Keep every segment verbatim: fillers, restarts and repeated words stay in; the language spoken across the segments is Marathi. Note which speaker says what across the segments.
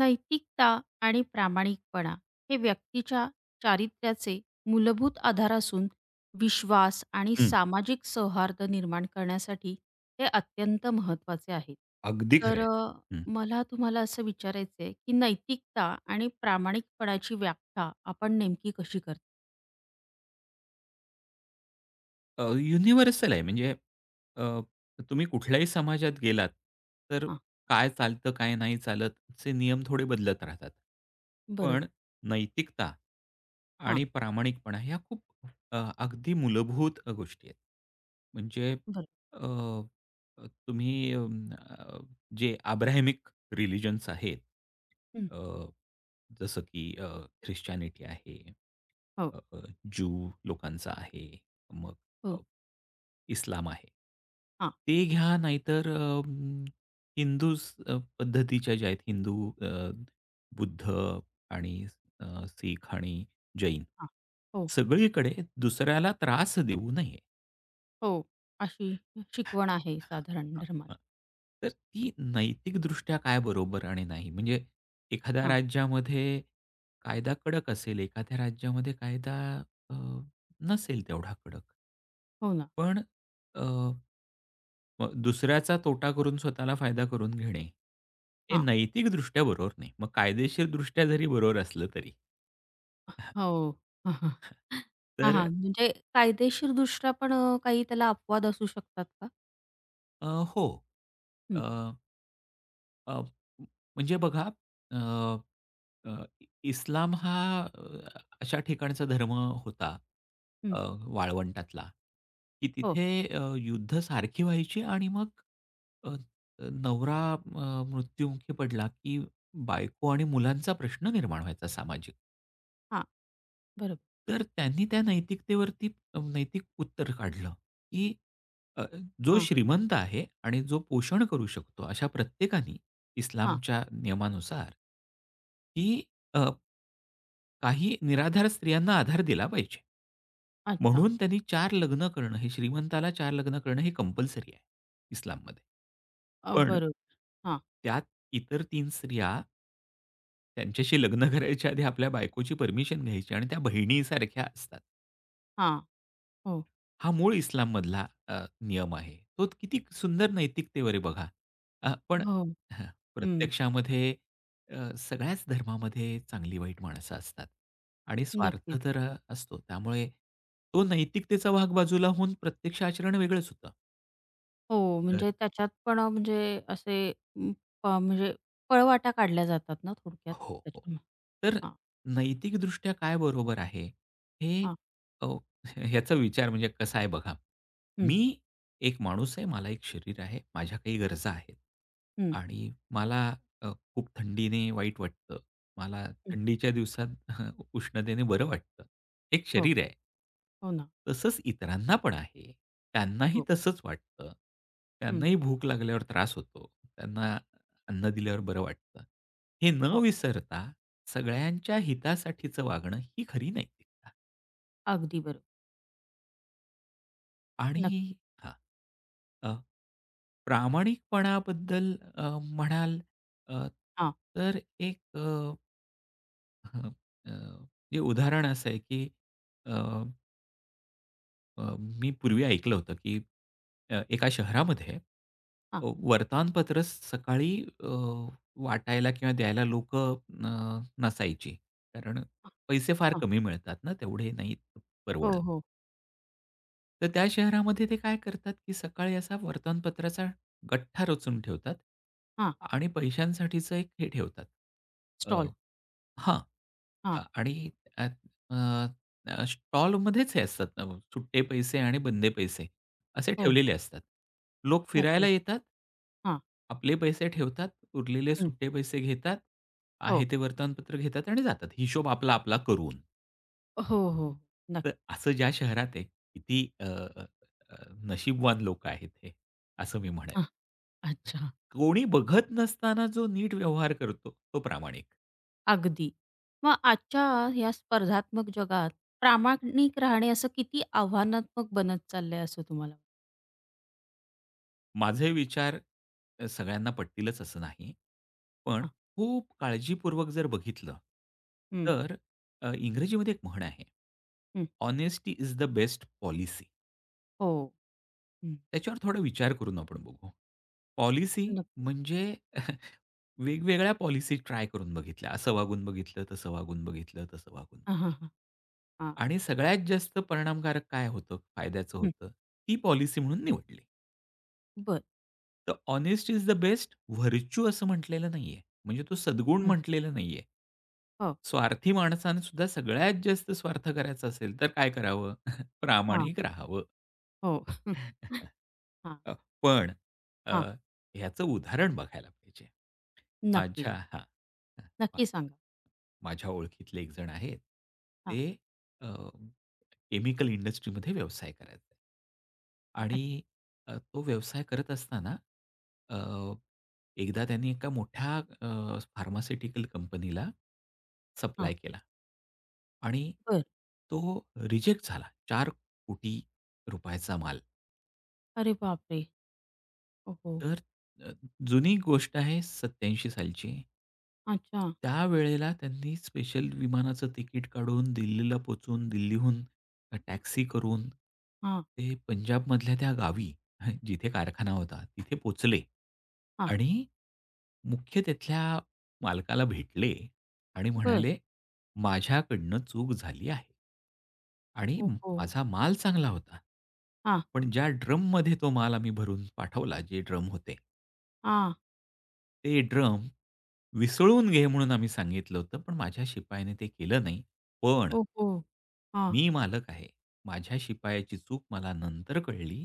Speaker 1: नैतिकता आणि प्रामाणिकपणा हे व्यक्तीच्या चारित्र्याचे मूलभूत आधार असून विश्वास आणि
Speaker 2: हं.
Speaker 1: सामाजिक सौहार्द निर्माण करण्यासाठी ते अत्यंत महत्त्वाचे आहेत.
Speaker 2: अगदी खरं
Speaker 1: तर अ,
Speaker 2: आहे.
Speaker 1: मला तुम्हाला असं विचारायचं आहे, की नैतिकता आणि प्रामाणिकपणाची व्याख्या आपण नेमकी कशी करतो?
Speaker 2: अ, युनिव्हर्सल आहे म्हणजे अ, तुम्ही कुठल्याही समाजात गेलात, तर
Speaker 1: हां,
Speaker 2: काय चालतं, काय नाही चालत, चे नियम थोडे बदलत राहतात. पण
Speaker 1: बरोबर.
Speaker 2: नैतिकता
Speaker 1: हां,
Speaker 2: आणि प्रामाणिकपणा ह्या खूप अ, अगदी मूलभूत अ, गोष्टी आहेत. म्हणजे
Speaker 1: बरोबर.
Speaker 2: अ, अ, तुम्ही अं, अ, जे अब्राहमिक रिलिजन्स आहेत,
Speaker 1: हं,
Speaker 2: अ, जसं की ख्रिश्चॅनिटी आहे,
Speaker 1: हो,
Speaker 2: अ, अ, ज्यू लोकांचा आहे, अ,
Speaker 1: हो.
Speaker 2: इस्लाम आहे.
Speaker 1: हां,
Speaker 2: ते घ्या नाहीतर अ, हिंदू स- अ, पद्धतीच्या ज्या आहेत हिंदू, अ, बुद्ध आणि अ, सीख आणि जैन.
Speaker 1: हां. हो,
Speaker 2: सगळीकडे दुसऱ्याला त्रास देऊ नये.
Speaker 1: हो. अशी
Speaker 2: हां,
Speaker 1: शिकवण आहे
Speaker 2: हां,
Speaker 1: साधारण धर्मात.
Speaker 2: हां. तर ती नैतिकदृष्ट्या काय बरोबर आणि नाही? म्हणजे एखाद्या
Speaker 1: हां,
Speaker 2: राज्यामध्ये कायदा कडक असेल, एखाद्या राज्यामध्ये कायदा अ, नसेल तेवढा कडक.
Speaker 1: हो ना.
Speaker 2: पण मग दुसऱ्याचा तोटा करून स्वतःला फायदा करून घेणे, हे
Speaker 1: हां.
Speaker 2: नैतिकदृष्ट्या बरोबर नाही. मग कायदेशीरदृष्ट्या जरी बरोबर असलं तरी.
Speaker 1: हो. हां,
Speaker 2: तर
Speaker 1: हां. म्हणजे कायदेशीरदृष्ट्या पण अ, काही त्याला अपवाद असू शकतात का?
Speaker 2: अ, हो.
Speaker 1: हं,
Speaker 2: अ, म्हणजे बघा अ, अ, इ- इस्लाम हा अ, अशा ठिकाणचा धर्म होता
Speaker 1: हं.
Speaker 2: अ, वाळवंटातला, की
Speaker 1: हो.
Speaker 2: तिथे अ, युद्ध सारखी व्हायची आणि मग अ, नवरा अ, मृत्युमुखी पडला, की बायको आणि मुलांचा प्रश्न निर्माण व्हायचा सामाजिक.
Speaker 1: हां. बरोबर.
Speaker 2: तर त्यांनी त्या नैतिकतेवरती अ, नैतिक उत्तर काढलं, की अ, जो
Speaker 1: हां,
Speaker 2: श्रीमंत आहे आणि जो पोषण करू शकतो अशा प्रत्येकाने
Speaker 1: हां.
Speaker 2: इस्लामच्या नियमानुसार, की अ, काही निराधार स्त्रियांना आधार दिला पाहिजे.
Speaker 1: अच्छा.
Speaker 2: म्हणून त्यांनी चार लग्न करणं हे श्रीमंताला चार लग्न करणं हे कंपल्सरी आहे इस्लाममध्ये.
Speaker 1: अ,
Speaker 2: पण
Speaker 1: बरोबर. हां,
Speaker 2: त्यात इतर तीन स्त्रिया त्यांच्याशी लग्न करायच्या आधी आपल्या बायकोची परमिशन घ्यायची आणि त्या बहिणीसारख्या असतात.
Speaker 1: हां. हो,
Speaker 2: हा मूळ इस्लाममधला अ, नियम आहे. तो किती सुंदर नैतिकतेवर आहे बघा. अ, पण
Speaker 1: हो.
Speaker 2: हं,
Speaker 1: हं.
Speaker 2: प्रत्यक्षामध्ये अ, सगळ्याच धर्मामध्ये चांगली-वाईट माणसं असतात आणि स्वार्थ
Speaker 1: नक्कीच.
Speaker 2: तर अ, असतो. त्यामुळे तो नैतिकतेचा भाग बाजूला होऊन प्रत्यक्ष आचरण वेगळंच होतं.
Speaker 1: हो,
Speaker 2: तर
Speaker 1: म्हणजे त्याच्यात पण अ, म्हणजे असे अं, प म्हणजे पळवाटा काढल्या जातात ना थोडक्यात
Speaker 2: हो, हो.
Speaker 1: त्याच्यामुळे.
Speaker 2: तर
Speaker 1: हां,
Speaker 2: नैतिकदृष्ट्या काय बरोबर आहे, हे
Speaker 1: हां.
Speaker 2: अ, ह्याचा विचार म्हणजे कसा आहे बघा.
Speaker 1: हं,
Speaker 2: मी एक माणूस आहे, मला एक शरीर आहे, माझ्या काही गरजा आहेत
Speaker 1: हं,
Speaker 2: आणि मला अ, खूप थंडीने वाईट वाटतं. मला
Speaker 1: हं.
Speaker 2: थंडीच्या दिवसात उष्णतेने बरं वाटतं. एक
Speaker 1: हो,
Speaker 2: शरीर आहे.
Speaker 1: हो ना.
Speaker 2: तसंच इतरांना पण आहे. त्यांनाही
Speaker 1: हो.
Speaker 2: तसंच वाटतं.
Speaker 1: हं.
Speaker 2: त्यांनाही भूक लागल्यावर त्रास होतो. त्यांना अन्न दिल्यावर बरं वाटतं. हे न
Speaker 1: हो.
Speaker 2: विसरता सगळ्यांच्या हितासाठीचं वागणं ही खरी नैतिकता
Speaker 1: अगदी बरोबर.
Speaker 2: आणि
Speaker 1: नक्की.
Speaker 2: हां. अ, प्रामाणिकपणाबद्दल अ, म्हणाल अ,
Speaker 1: हां,
Speaker 2: तर एक अ, हं, अ, म्हणजे उदाहरण असं आहे की अ, मी पूर्वी ऐकलं होतं, की अ, एका शहरामध्ये
Speaker 1: हां,
Speaker 2: अ, वर्तमानपत्र सकाळी अ, वाटायला किंवा द्यायला लोक अ, नसायची. कारण
Speaker 1: हां,
Speaker 2: पैसे फार
Speaker 1: हां.
Speaker 2: कमी मिळतात ना, तेवढे नाही परवडत.
Speaker 1: हो, हो.
Speaker 2: तर त्या शहरामध्ये ते काय करतात, की सकाळी असा वर्तमानपत्राचा गठ्ठा रचून ठेवतात
Speaker 1: हां.
Speaker 2: आणि पैशांसाठीचं एक हे ठेवतात.
Speaker 1: स्टॉल.
Speaker 2: हां. अ,
Speaker 1: हां.
Speaker 2: आणि त्यात अ, अ, स्टॉलमध्येच हे असतात ना, सुट्टे पैसे आणि बंदे पैसे असे
Speaker 1: हो,
Speaker 2: ठेवलेले
Speaker 1: हो.
Speaker 2: असतात. लोक फिरायला
Speaker 1: नक्कीच.
Speaker 2: येतात.
Speaker 1: हां.
Speaker 2: आपले पैसे ठेवतात, उरलेले
Speaker 1: हं.
Speaker 2: सुट्टे पैसे घेतात, आहे
Speaker 1: हो.
Speaker 2: ते वर्तमानपत्र घेतात आणि जातात. हिशोब आपला, आपला करून.
Speaker 1: हो, हो.
Speaker 2: तर
Speaker 1: नक्की.
Speaker 2: असं ज्या शहरात आहे किती अ, अ, अ, नशीबवान लोकं आहेत हे, असं मी म्हणेन.
Speaker 1: हां. अच्छा.
Speaker 2: कोणी बघत नसताना जो नीट व्यवहार करतो, तो प्रामाणिक.
Speaker 1: अगदी. मग आजच्या या स्पर्धात्मक जगात प्रामाणिक राहणे असं किती आव्हानात्मक बनत चाललंय असं तुम्हाला वाटतं?
Speaker 2: माझे विचार अ, सगळ्यांना पटतीलच असं नाही. पण
Speaker 1: हां.
Speaker 2: खूप काळजीपूर्वक जर बघितलं,
Speaker 1: हं,
Speaker 2: तर अ, इंग्रजीमध्ये एक म्हण आहे,
Speaker 1: हं.
Speaker 2: "Honesty is the best policy."
Speaker 1: हो. हं.
Speaker 2: त्याच्यावर थोडा विचार करून आपण बघू. पॉलिसी
Speaker 1: नक्कीच.
Speaker 2: म्हणजे वेगवेगळ्या पॉलिसी ट्राय करून बघितल्या. असं वागून बघितलं, तसं वागून बघितलं, तसं वागून
Speaker 1: हां, हां,
Speaker 2: बघितलं
Speaker 1: हां. हां.
Speaker 2: आणि सगळ्यात जास्त परिणामकारक काय होतं, फायद्याचं
Speaker 1: हं.
Speaker 2: होतं, ती पॉलिसी म्हणून निवडली.
Speaker 1: बरं.
Speaker 2: तर "honest is the best" virtue असं म्हटलेलं नाहीये. म्हणजे तो सद्गुण
Speaker 1: हं.
Speaker 2: म्हटलेला नाहीये.
Speaker 1: हो.
Speaker 2: स्वार्थी माणसाने सुद्धा सगळ्यात जास्त स्वार्थ करायचा असेल, तर काय करावं?
Speaker 1: हां.
Speaker 2: प्रामाणिक राहावं.
Speaker 1: हो. हां,
Speaker 2: अ, पण अ,
Speaker 1: हां.
Speaker 2: ह्याचं उदाहरण बघायला पाहिजे.
Speaker 1: नक्कीच.
Speaker 2: माझ्या हां,
Speaker 1: नक्की सांगा.
Speaker 2: माझ्या ओळखीतले एक जण आहेत.
Speaker 1: हां.
Speaker 2: ते केमिकल इंडस्ट्रीमध्ये व्यवसाय करायचा आहे.
Speaker 1: अच्छा.
Speaker 2: आणि अ, तो व्यवसाय करत असताना अ, एकदा त्यांनी एका मोठ्या अ, फार्मास्युटिकल कंपनीला सप्लाय
Speaker 1: हां.
Speaker 2: केला आणि
Speaker 1: बरं.
Speaker 2: तो रिजेक्ट झाला चार कोटी चा माल.
Speaker 1: अरे बापरे! हो, हो.
Speaker 2: तर अ, जुनी गोष्ट आहे सत्त्याऐंशी सालची.
Speaker 1: अच्छा.
Speaker 2: त्यावेळेला त्यांनी स्पेशल विमानाचं तिकीट काढून दिल्लीला पोचून, दिल्लीहून टॅक्सी करून
Speaker 1: हां,
Speaker 2: ते पंजाबमधल्या त्या गावी जिथे कारखाना होता तिथे पोचले,
Speaker 1: हां.
Speaker 2: आणि मुख्य तिथल्या मालकाला भेटले आणि
Speaker 1: बरं.
Speaker 2: म्हणाले, "माझ्याकडनं चूक झाली आहे आणि
Speaker 1: ओहो!
Speaker 2: माझा माल चांगला होता. पण ज्या ड्रममध्ये तो माल आम्ही भरून पाठवला, जे ड्रम होते
Speaker 1: हां.
Speaker 2: ते ड्रम विसळून घे म्हणून आम्ही सांगितलं होतं, पण माझ्या शिपायाने ते केलं नाही. पण
Speaker 1: ओहो! हां,
Speaker 2: मी मालक आहे. माझ्या शिपायाची चूक मला नंतर कळली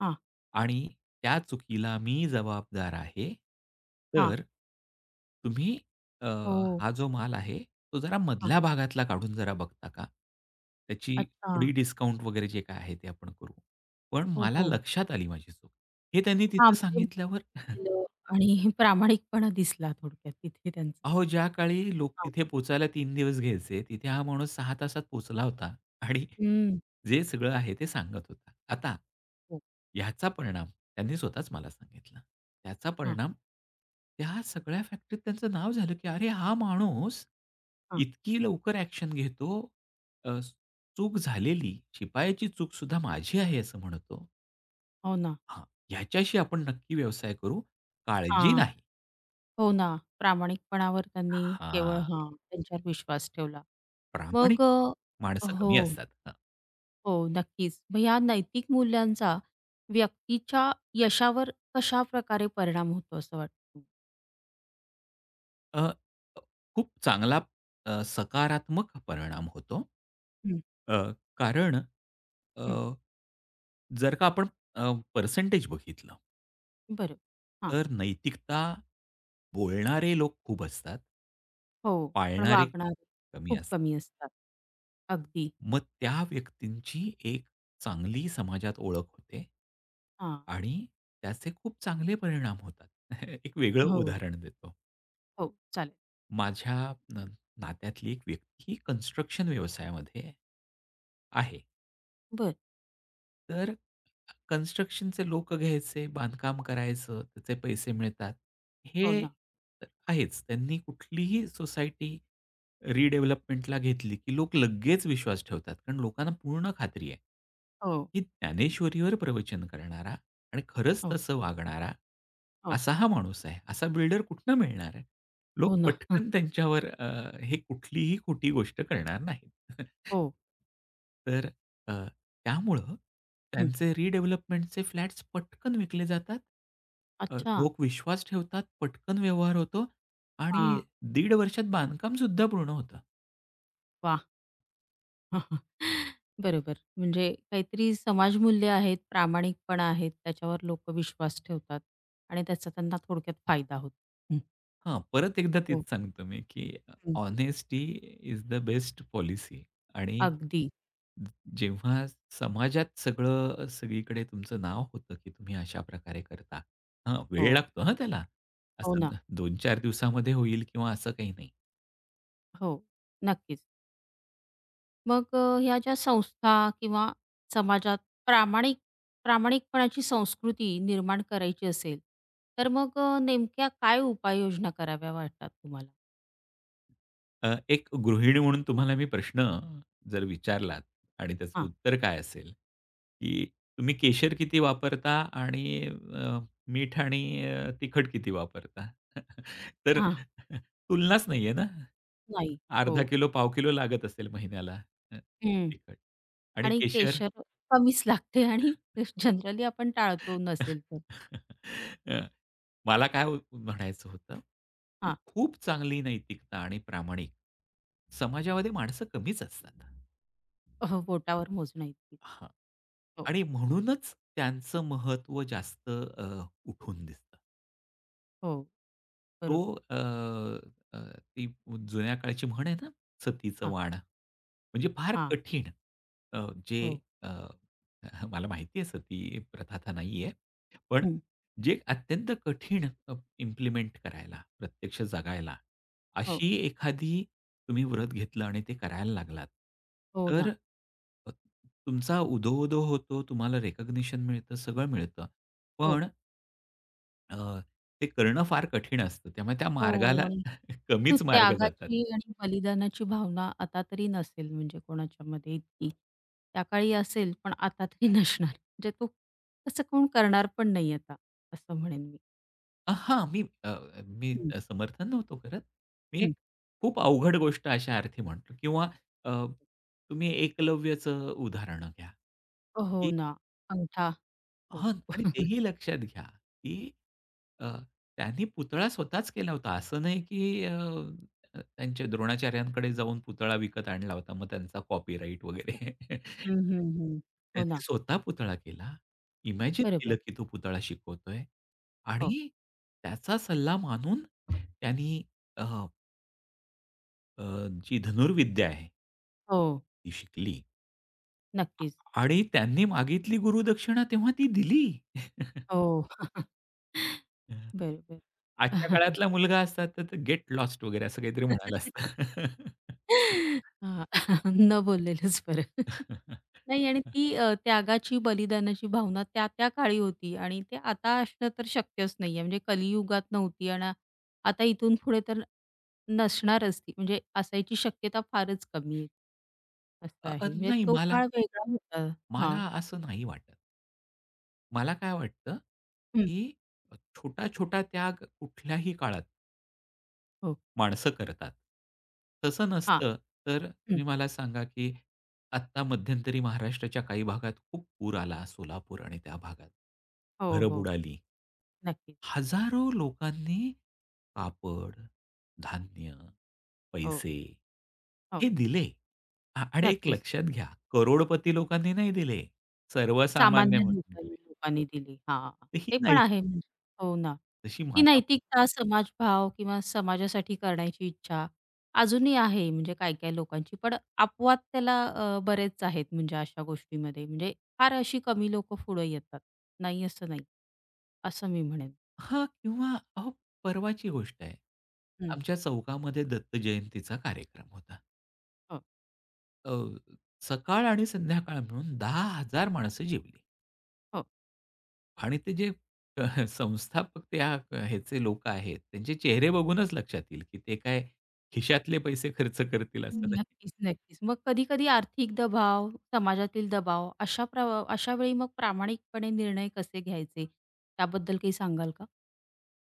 Speaker 1: हां,
Speaker 2: आणि त्या चुकीला मी जबाबदार आहे.
Speaker 1: हां.
Speaker 2: तर तुम्ही अ,
Speaker 1: हो,
Speaker 2: हा जो माल आहे, तो जरा
Speaker 1: हां.
Speaker 2: मधल्या भागातला काढून जरा बघता का? त्याची
Speaker 1: अच्छा.
Speaker 2: थोडी डिस्काउंट वगैरे जे काय आहे ते आपण करू. पण
Speaker 1: हो,
Speaker 2: मला
Speaker 1: हो.
Speaker 2: लक्षात आली माझी चूक." हे त्यांनी
Speaker 1: हां,
Speaker 2: तिथे
Speaker 1: म्हणजे
Speaker 2: सांगितल्यावर
Speaker 1: केलं आणि प्रामाणिकपणा दिसला थोडक्यात तिथे त्यांचा.
Speaker 2: अहो, ज्या काळी लोक
Speaker 1: हां.
Speaker 2: तिथे पोचायला तीन दिवस घ्यायचे, तिथे हा माणूस सहा तासात पोहोचला होता आणि
Speaker 1: हं.
Speaker 2: जे सगळं आहे ते सांगत होता. आता
Speaker 1: हो.
Speaker 2: ह्याचा परिणाम त्यांनी स्वतःच मला सांगितला. त्याचा
Speaker 1: हां,
Speaker 2: परिणाम त्या सगळ्या फॅक्टरीत त्यांचं नाव झालं, की "अरे, हा माणूस
Speaker 1: हां.
Speaker 2: इतकी लवकर ॲक्शन घेतो. अ, चूक झालेली, शिपायाची चूकसुद्धा माझी आहे असं म्हणतो.
Speaker 1: हो ना.
Speaker 2: हां, ह्याच्याशी आपण नक्की व्यवसाय करू. काळजी
Speaker 1: हां.
Speaker 2: नाही."
Speaker 1: हो ना. प्रामाणिकपणावर त्यांनी केवळ
Speaker 2: हां,
Speaker 1: हां, त्यांच्यावर विश्वास ठेवला.
Speaker 2: प्रामाणिक
Speaker 1: मग अ,
Speaker 2: माणसं
Speaker 1: हो,
Speaker 2: कमी असतात. हां.
Speaker 1: हो. नक्कीच. मग या नैतिक मूल्यांचा व्यक्तीच्या यशावर कशाप्रकारे परिणाम होतो असं वाटतं?
Speaker 2: अ, खूप चांगला अ, सकारात्मक परिणाम होतो.
Speaker 1: हं,
Speaker 2: अ, कारण अ,
Speaker 1: हं.
Speaker 2: जर का आपण अ, पर्सेंटेज बघितलं,
Speaker 1: बरं. हां.
Speaker 2: तर नैतिकता बोलणारे लोक खूप असतात,
Speaker 1: हो, पण
Speaker 2: पाळणारे
Speaker 1: वागणारे
Speaker 2: कमी
Speaker 1: खूप
Speaker 2: असतात.
Speaker 1: कमी असतात. अगदी.
Speaker 2: मग त्या व्यक्तींची एक चांगली समाजात ओळख होते
Speaker 1: हां.
Speaker 2: आणि त्याचे खूप चांगले परिणाम होतात. एक वेगळं
Speaker 1: हो,
Speaker 2: उदाहरण देतो.
Speaker 1: हो, चालेल.
Speaker 2: माझ्या न नात्यातली एक व्यक्ती ही कन्स्ट्रक्शन व्यवसायामध्ये आहे.
Speaker 1: बरं.
Speaker 2: तर कन्स्ट्रक्शनचे लोकं घ्यायचे, बांधकाम करायचं, त्याचे पैसे मिळतात.
Speaker 1: हो
Speaker 2: हे
Speaker 1: ना.
Speaker 2: तर आहेच. त्यांनी कुठलीही सोसायटी रिडेव्हलपमेंटला घेतली, की लोक लगेच विश्वास ठेवतात. कारण लोकांना पूर्ण खात्री आहे,
Speaker 1: हो,
Speaker 2: की ज्ञानेश्वरीवर प्रवचन करणारा आणि खरंच
Speaker 1: हो,
Speaker 2: तसं वागणारा
Speaker 1: हो,
Speaker 2: असा हा माणूस आहे. असा बिल्डर कुठनं मिळणार आहे? लोक
Speaker 1: हो ना. हं,
Speaker 2: पटकन त्यांच्यावर अ, हे कुठलीही खोटी गोष्ट करणार नाहीत.
Speaker 1: हो.
Speaker 2: तर अ, त्यामुळं
Speaker 1: हं.
Speaker 2: त्यांचे रिडेव्हलपमेंटचे फ्लॅट्स पटकन विकले जातात. अ,
Speaker 1: अच्छा.
Speaker 2: लोक विश्वास ठेवतात, पटकन व्यवहार होतो आणि
Speaker 1: हां.
Speaker 2: दीड वर्षात बांधकामसुद्धा पूर्ण होतं.
Speaker 1: वाह! बरोबर. म्हणजे काहीतरी समाजमूल्य आहेत, प्रामाणिकपणा आहेत, त्याच्यावर लोकं विश्वास ठेवतात आणि त्याचा त्यांना थोडक्यात फायदा होतो. हं.
Speaker 2: हां, परत एकदा
Speaker 1: हो.
Speaker 2: तेच सांगतो मी, की
Speaker 1: हं.
Speaker 2: Honesty is the best policy आणि
Speaker 1: अगदी.
Speaker 2: जेव्हा समाजात सगळं सगळीकडे तुमचं नाव होतं, की तुम्ही अशा प्रकारे करता. हां, वेळ
Speaker 1: हो.
Speaker 2: लागतो हां त्याला.
Speaker 1: हो
Speaker 2: असं
Speaker 1: ना.
Speaker 2: दोन चार दिवसामध्ये होईल किंवा असं काही नाही.
Speaker 1: हो. नक्कीच. मग अ, ह्या ज्या संस्था किंवा समाजात प्रामाणिक प्रामाणिकपणाची संस्कृती निर्माण करायची असेल, तर मग अ, नेमक्या काय उपाययोजना कराव्या वाटतात तुम्हाला?
Speaker 2: अ, एक गृहिणी म्हणून तुम्हाला मी प्रश्न जर विचारलात आणि त्याचं
Speaker 1: हां,
Speaker 2: उत्तर काय असेल, की तुम्ही केशर किती वापरता आणि अ, मीठ आणि अ, तिखट किती वापरता? तर
Speaker 1: हां,
Speaker 2: तुलनाच नाहीये ना.
Speaker 1: नाही. हो.
Speaker 2: अर्धा किलो, पाव किलो लागत असेल महिन्याला अ,
Speaker 1: हं.
Speaker 2: तिखट आणि
Speaker 1: आणि
Speaker 2: केशर.
Speaker 1: केशर कमीच लागते आणि जनरली आपण टाळतो नसेल तर.
Speaker 2: अ, मला काय हो म्हणायचं होतं, की
Speaker 1: हां.
Speaker 2: खूप चांगली नैतिकता आणि प्रामाणिक समाजामध्ये माणसं कमीच असतात.
Speaker 1: हो, बोटावर मोजण्या इतकी.
Speaker 2: हां.
Speaker 1: हो,
Speaker 2: आणि म्हणूनच त्यांचं महत्त्व जास्त अ, उठून दिसतं.
Speaker 1: हो, बरोबर.
Speaker 2: तो अ, अ, ती जुन्या काळची म्हण आहे ना, सतीचं
Speaker 1: हां,
Speaker 2: वाण. म्हणजे फार
Speaker 1: हां.
Speaker 2: कठीण. अ, जे
Speaker 1: हो.
Speaker 2: अ, मला माहिती आहे सती प्रथा आता नाहीये. पण
Speaker 1: हं.
Speaker 2: जे अत्यंत कठीण अ, इम्प्लिमेंट करायला, प्रत्यक्ष जगायला,
Speaker 1: हो,
Speaker 2: अशी एखादी तुम्ही व्रत घेतलं आणि ते करायला लागलात,
Speaker 1: हो
Speaker 2: तर
Speaker 1: ना.
Speaker 2: अ, तुमचा उदो-उदो होतो, तुम्हाला रिकॉग्निशन मिळतं, सगळं मिळतं.
Speaker 1: हो,
Speaker 2: पण अ, ते करणं फार कठीण असतं. त्यामुळे त्या
Speaker 1: हो
Speaker 2: मार्गाला
Speaker 1: आणि न,
Speaker 2: कमीच मार्ग जातात.
Speaker 1: त्यागाची आणि बलिदानाची भावना आता तरी नसेल म्हणजे कोणाच्यामध्ये इतकी. त्या काळी असेल, पण आता तरी नसणार. म्हणजे तो तसं कोण करणार पण नाही आता, असं म्हणेन मी.
Speaker 2: अ, हां, मी अ, मी
Speaker 1: हं,
Speaker 2: समर्थन नव्हतो करत. मी
Speaker 1: हं.
Speaker 2: एक खूप अवघड गोष्ट अशा अर्थी म्हणतो किंवा अ, तुम्ही एकलव्याचं उदाहरण घ्या,
Speaker 1: हो
Speaker 2: की
Speaker 1: ना. अंगठा हो.
Speaker 2: हां. आणि तेही लक्षात घ्या, की अ, त्यांनी पुतळा स्वतःच केला होता. असं नाही, की अ, अ, त्यांच्या द्रोणाचार्यांकडे जाऊन पुतळा विकत आणला होता. मग त्यांचा कॉपीराइट वगैरे.
Speaker 1: हं, हं, हं. हो
Speaker 2: त्यांनी
Speaker 1: ना.
Speaker 2: स्वतः पुतळा केला. इमॅजिन केलं,
Speaker 1: बरोबर.
Speaker 2: की तो पुतळा शिकवतोय
Speaker 1: हो.
Speaker 2: आणि त्याचा सल्ला मानून त्यांनी अ, अ, जी धनुर्विद्या आहे
Speaker 1: हो.
Speaker 2: ती शिकली
Speaker 1: नक्कीच.
Speaker 2: आणि त्यांनी मागितली गुरुदक्षिणा तेव्हा ती दिली.
Speaker 1: हो. बरोबर.
Speaker 2: आजच्या काळातला मुलगा असता तर गेट लॉस्ट वगैरे असं काहीतरी म्हणाला असता.
Speaker 1: हां. न बोललेलंच बरं. नाही आणि ती अ, त्यागाची, बलिदानाची भावना त्या त्या काळी होती आणि ते आता असणं तर शक्यच नाहीये. म्हणजे कलियुगात नव्हती आणि आता इथून पुढे तर नसणारच ती. म्हणजे असायची शक्यता फारच कमी आहे. असं
Speaker 2: अ, अ,
Speaker 1: आहे. म्हणजे
Speaker 2: नाही
Speaker 1: तो
Speaker 2: मला
Speaker 1: काळ वेगळा होता. हां.
Speaker 2: मला असं नाही वाटत. मला काय वाटतं,
Speaker 1: हं.
Speaker 2: की छोटा-छोटा त्याग कुठल्याही काळात
Speaker 1: हो.
Speaker 2: माणसं करतात. तसं
Speaker 1: हां.
Speaker 2: नसतं तर
Speaker 1: हं.
Speaker 2: तुम्ही मला सांगा, की आत्ता मध्यंतरी महाराष्ट्राच्या काही भागात खूप पूर आला. सोलापूर आणि त्या भागात.
Speaker 1: हो,
Speaker 2: घरं
Speaker 1: हो.
Speaker 2: बुडाली.
Speaker 1: नक्कीच.
Speaker 2: हजारो लोकांनी कापड, धान्य,
Speaker 1: हो,
Speaker 2: पैसे
Speaker 1: हो.
Speaker 2: हे दिले. आ आणि एक
Speaker 1: नक्कीच.
Speaker 2: लक्षात घ्या, करोडपती लोकांनी नाही दिले.
Speaker 1: सामान्य
Speaker 2: सर्वसामान्यांनी दिले.
Speaker 1: लोकांनी लोकांनी दिली. हां,
Speaker 2: तर ही
Speaker 1: ते पण
Speaker 2: नाही
Speaker 1: आहे म्हणजे. हो ना.
Speaker 2: तशी
Speaker 1: ती
Speaker 2: मला
Speaker 1: नैतिकता, समाजभाव किंवा समाजासाठी करण्याची इच्छा अजूनही आहे म्हणजे काही-काही लोकांची. पण अपवाद त्याला अ, बरेच आहेत म्हणजे अशा गोष्टीमध्ये. म्हणजे फार अशी कमी लोकं पुढे येतात. नाही असं नाही. असं मी म्हणेन.
Speaker 2: हां, किंवा अहो, परवाची गोष्ट आहे.
Speaker 1: हं.
Speaker 2: आमच्या चौकामध्ये दत्त जयंतीचा कार्यक्रम होता.
Speaker 1: हो,
Speaker 2: अ, सकाळ आणि संध्याकाळ मिळून दहा हजार माणसं जेवली.
Speaker 1: हो,
Speaker 2: आणि ते जे संस्थापक त्या ह्याचे लोकं आहेत, त्यांचे चेहरे बघूनच लक्षात येईल, की ते काय
Speaker 1: हो.
Speaker 2: खिशातले पैसे खर्च करतील असं नाही.
Speaker 1: नक्कीच, नक्कीच. मग कधी-कधी आर्थिक दबाव, समाजातील दबाव अशा प्र अशा वेळी मग प्रामाणिकपणे निर्णय कसे घ्यायचे? त्याबद्दल काही सांगाल का?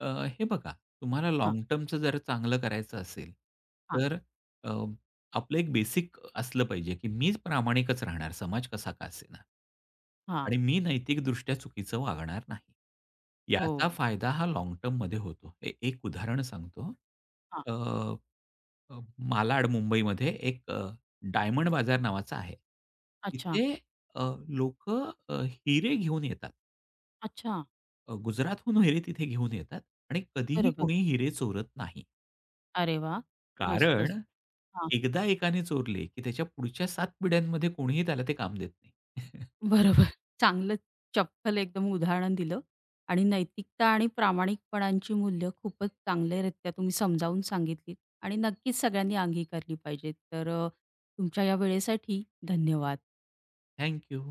Speaker 2: अ, हे बघा, तुम्हाला लाँग टर्मचं जर चांगलं करायचं असेल,
Speaker 1: हां,
Speaker 2: तर अ, आपलं एक बेसिक असलं पाहिजे, की मीच प्रामाणिकच राहणार, समाज कसा का असेना.
Speaker 1: हां.
Speaker 2: आणि मी नैतिकदृष्ट्या चुकीचं वागणार नाही.
Speaker 1: हो.
Speaker 2: याचा फायदा हा लाँग टर्ममध्ये होतो. ए एक उदाहरण सांगतो.
Speaker 1: हां.
Speaker 2: अ अ, मालाड मुंबईमध्ये एक अ, डायमंड बाजार नावाचा आहे.
Speaker 1: अच्छा,
Speaker 2: तिथे लोक लोकं अ, हिरे घेऊन येतात.
Speaker 1: अच्छा.
Speaker 2: अ, गुजरातहून हिरे तिथे घेऊन येतात आणि कधीही
Speaker 1: बरोबर.
Speaker 2: कोणी हिरे चोरत नाही.
Speaker 1: अरे वाह!
Speaker 2: कारण
Speaker 1: मस्तच. हां,
Speaker 2: एकदा एकाने चोरले, की त्याच्या पुढच्या सात पिढ्यांमध्ये कोणीही त्याला ते काम देत नाही.
Speaker 1: बरोबर. चांगलं चपखल एकदम उदाहरण दिलं आणि नैतिकता आणि प्रामाणिकपणाची मूल्य खूपच चांगल्यारीत्या तुम्ही समजावून सांगितलीत आणि नक्कीच सगळ्यांनी अंगीकारली पाहिजेत. तर अ, तुमच्या या वेळेसाठी धन्यवाद.
Speaker 2: थँक